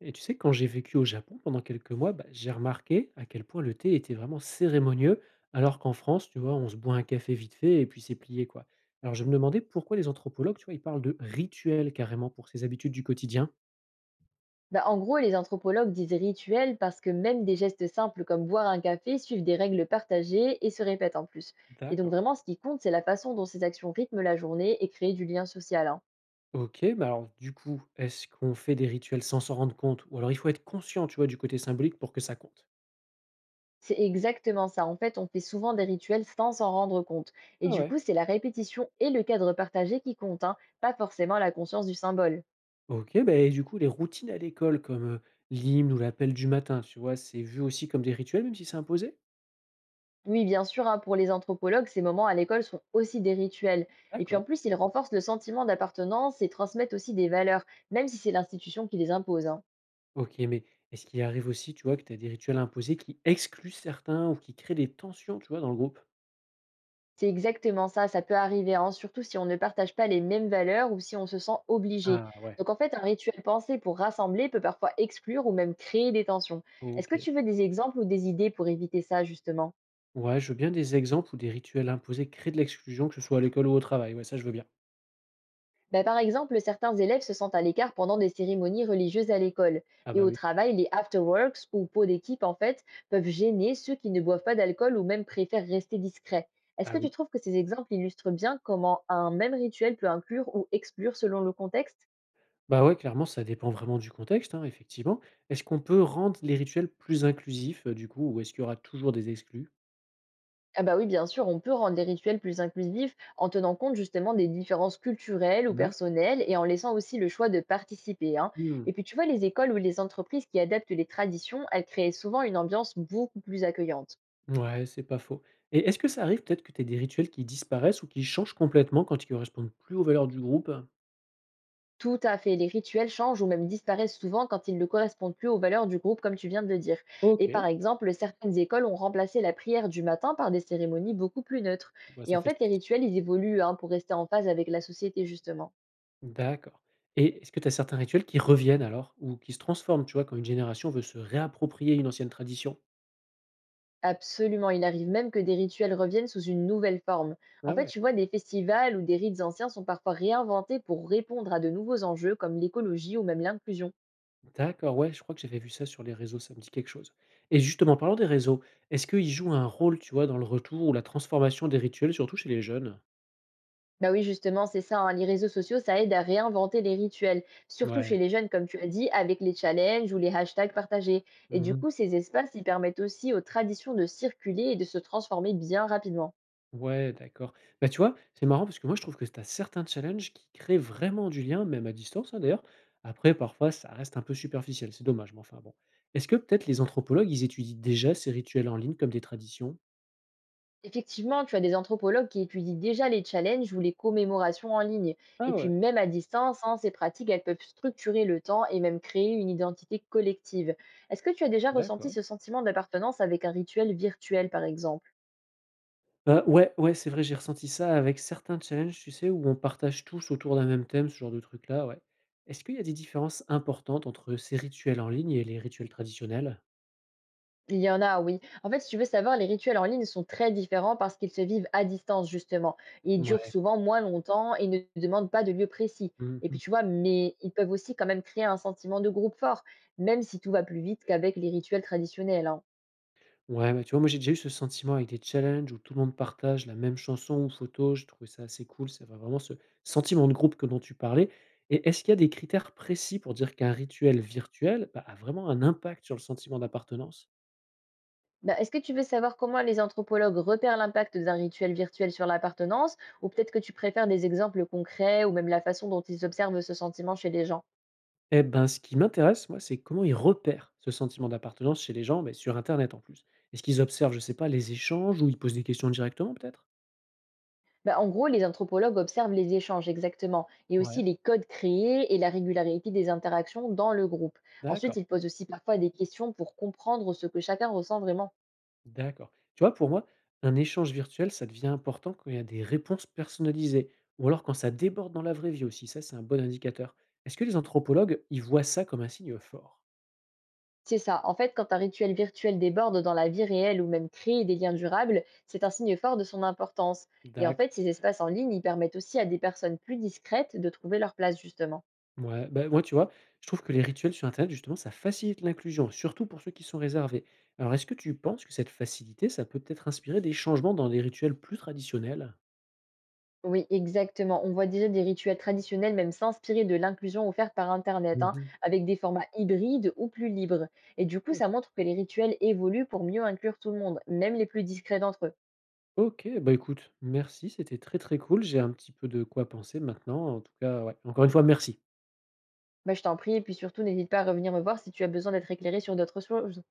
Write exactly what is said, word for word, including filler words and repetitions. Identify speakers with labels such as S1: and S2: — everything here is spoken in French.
S1: Et tu sais, quand j'ai vécu au Japon pendant quelques mois, bah, j'ai remarqué à quel point le thé était vraiment cérémonieux, alors qu'en France, tu vois, on se boit un café vite fait et puis c'est plié, quoi. Alors je me demandais pourquoi les anthropologues, tu vois, ils parlent de rituels carrément pour ces habitudes du quotidien.
S2: Bah, en gros, les anthropologues disent rituel parce que même des gestes simples comme boire un café suivent des règles partagées et se répètent en plus. Et donc
S1: D'accord.
S2: vraiment, ce qui compte, c'est la façon dont ces actions rythment la journée et créent du lien social, hein.
S1: Ok, mais alors du coup, est-ce qu'on fait des rituels sans s'en rendre compte? Ou alors il faut être conscient, tu vois, du côté symbolique pour que ça compte.
S2: C'est exactement ça. En fait, on fait souvent des rituels sans s'en rendre compte. Et
S1: Ah
S2: du
S1: ouais.
S2: coup, c'est la répétition et le cadre partagé qui comptent, hein, pas forcément la conscience du symbole.
S1: Ok, bah, et du coup, les routines à l'école, comme euh, l'hymne ou l'appel du matin, tu vois, c'est vu aussi comme des rituels, même si c'est imposé?
S2: Oui, bien sûr, hein, pour les anthropologues, ces moments à l'école sont aussi des rituels. Et puis
S1: D'accord.
S2: en plus, ils renforcent le sentiment d'appartenance et transmettent aussi des valeurs, même si c'est l'institution qui les impose, hein.
S1: OK, mais est-ce qu'il arrive aussi, tu vois, que tu as des rituels imposés qui excluent certains ou qui créent des tensions, tu vois, dans le groupe?
S2: C'est exactement ça, ça peut arriver, hein, surtout si on ne partage pas les mêmes valeurs ou si on se sent obligé.
S1: Ah ouais,
S2: Donc en fait, un rituel pensé pour rassembler peut parfois exclure ou même créer des tensions. Est-ce que
S1: OK.
S2: tu veux des exemples ou des idées pour éviter ça, justement?
S1: Ouais, je veux bien des exemples où des rituels imposés créent de l'exclusion, que ce soit à l'école ou au travail. Ouais, ça, je veux bien.
S2: Bah, par exemple, certains élèves se sentent à l'écart pendant des cérémonies religieuses à l'école.
S1: Ah
S2: Et
S1: bah
S2: au
S1: oui,
S2: travail, les afterworks ou pots d'équipe, en fait, peuvent gêner ceux qui ne boivent pas d'alcool ou même préfèrent rester discrets. Est-ce
S1: ah
S2: que tu
S1: oui.
S2: trouves que ces exemples illustrent bien comment un même rituel peut inclure ou exclure selon le contexte?
S1: Bah ouais, clairement, ça dépend vraiment du contexte, hein, effectivement. Est-ce qu'on peut rendre les rituels plus inclusifs, euh, du coup, ou est-ce qu'il y aura toujours des exclus?
S2: Ah bah oui, bien sûr, on peut rendre les rituels plus inclusifs en tenant compte justement des différences culturelles ou
S1: Ouais.
S2: personnelles et en laissant aussi le choix de participer, hein.
S1: Hmm.
S2: Et puis tu vois, les écoles ou les entreprises qui adaptent les traditions, elles créent souvent une ambiance beaucoup plus accueillante.
S1: Ouais, c'est pas faux. Et est-ce que ça arrive peut-être que tu des rituels qui disparaissent ou qui changent complètement quand ils correspondent plus aux valeurs du groupe?
S2: Tout à fait, les rituels changent ou même disparaissent souvent quand ils ne correspondent plus aux valeurs du groupe, comme tu viens de le dire. Et par
S1: OK.
S2: exemple, certaines écoles ont remplacé la prière du matin par des cérémonies beaucoup plus neutres.
S1: Ouais,
S2: Et
S1: ça
S2: en
S1: fait
S2: fait, les
S1: sens.
S2: rituels, ils évoluent hein, pour rester en phase avec la société, justement.
S1: D'accord et est-ce que tu as certains rituels qui reviennent alors ou qui se transforment, tu vois, quand une génération veut se réapproprier une ancienne tradition?
S2: Absolument, il arrive même que des rituels reviennent sous une nouvelle forme. En
S1: Ah
S2: fait,
S1: ouais.
S2: tu vois, des festivals ou des rites anciens sont parfois réinventés pour répondre à de nouveaux enjeux comme l'écologie ou même l'inclusion.
S1: D'accord, ouais, je crois que j'avais vu ça sur les réseaux, ça me dit quelque chose et justement, parlant des réseaux, est-ce qu'ils jouent un rôle, tu vois, dans le retour ou la transformation des rituels, surtout chez les jeunes?
S2: Bah oui, justement, c'est ça, hein, les réseaux sociaux, ça aide à réinventer les rituels, surtout chez
S1: Ouais.
S2: les jeunes, comme tu as dit, avec les challenges ou les hashtags partagés. Et du
S1: Mmh.
S2: coup, ces espaces, ils permettent aussi aux traditions de circuler et de se transformer bien rapidement.
S1: Ouais, d'accord. Bah, tu vois, c'est marrant parce que moi, je trouve que tu as certains challenges qui créent vraiment du lien, même à distance, hein, d'ailleurs. Après, parfois, ça reste un peu superficiel, c'est dommage, mais enfin bon. Est-ce que peut-être les anthropologues, ils étudient déjà ces rituels en ligne comme des traditions?
S2: Effectivement, tu as des anthropologues qui étudient déjà les challenges ou les commémorations en ligne. Et
S1: Ah
S2: puis
S1: ouais,
S2: même à distance, hein, ces pratiques, elles peuvent structurer le temps et même créer une identité collective. Est-ce que tu as déjà ressenti
S1: d'accord.
S2: ce sentiment d'appartenance avec un rituel virtuel, par exemple?
S1: Euh, ouais, ouais, c'est vrai, j'ai ressenti ça avec certains challenges, tu sais, où on partage tous autour d'un même thème, ce genre de truc-là, ouais. Est-ce qu'il y a des différences importantes entre ces rituels en ligne et les rituels traditionnels?
S2: Il y en a, oui. En fait, si tu veux savoir, les rituels en ligne sont très différents parce qu'ils se vivent à distance, justement. Ils durent
S1: Ouais.
S2: souvent moins longtemps et ne demandent pas de lieu précis. Et puis
S1: Mhm.
S2: tu vois, mais ils peuvent aussi quand même créer un sentiment de groupe fort, même si tout va plus vite qu'avec les rituels traditionnels, hein.
S1: Ouais, bah, tu vois, moi j'ai déjà eu ce sentiment avec des challenges où tout le monde partage la même chanson ou photo. Je trouvé ça assez cool, c'est vrai vraiment ce sentiment de groupe que dont tu parlais. Et est-ce qu'il y a des critères précis pour dire qu'un rituel virtuel, bah, a vraiment un impact sur le sentiment d'appartenance?
S2: Bah, est-ce que tu veux savoir comment les anthropologues repèrent l'impact d'un rituel virtuel sur l'appartenance, ou peut-être que tu préfères des exemples concrets, ou même la façon dont ils observent ce sentiment chez les gens?
S1: Eh ben, ce qui m'intéresse, moi, c'est comment ils repèrent ce sentiment d'appartenance chez les gens, mais sur Internet en plus. Est-ce qu'ils observent, je sais pas, les échanges ou ils posent des questions directement peut-être?
S2: Bah, en gros, les anthropologues observent les échanges exactement, et aussi
S1: Ouais,
S2: les codes créés et la régularité des interactions dans le groupe. Ensuite,
S1: d'accord.
S2: ils posent aussi parfois des questions pour comprendre ce que chacun ressent vraiment.
S1: D'accord. Tu vois, pour moi, un échange virtuel, ça devient important quand il y a des réponses personnalisées ou alors quand ça déborde dans la vraie vie aussi. Ça, c'est un bon indicateur. Est-ce que les anthropologues, ils voient ça comme un signe fort?
S2: C'est ça. En fait, quand un rituel virtuel déborde dans la vie réelle ou même crée des liens durables, c'est un signe fort de son importance. Et en
S1: D'accord.
S2: fait, ces espaces en ligne, ils permettent aussi à des personnes plus discrètes de trouver leur place, justement.
S1: Ouais, bah, moi, tu vois, je trouve que les rituels sur Internet, justement, ça facilite l'inclusion, surtout pour ceux qui sont réservés. Alors, est-ce que tu penses que cette facilité, ça peut peut-être inspirer des changements dans les rituels plus traditionnels?
S2: Oui, exactement. On voit déjà des rituels traditionnels même s'inspirer de l'inclusion offerte par Internet, hein,
S1: Mhm.
S2: avec des formats hybrides ou plus libres. Et du coup,
S1: Oh.
S2: ça montre que les rituels évoluent pour mieux inclure tout le monde, même les plus discrets d'entre eux.
S1: Ok, bah écoute, merci, c'était très très cool. J'ai un petit peu de quoi penser maintenant. En tout cas, ouais. Encore une fois, merci.
S2: Bah, je t'en prie, et puis surtout, n'hésite pas à revenir me voir si tu as besoin d'être éclairé sur d'autres choses.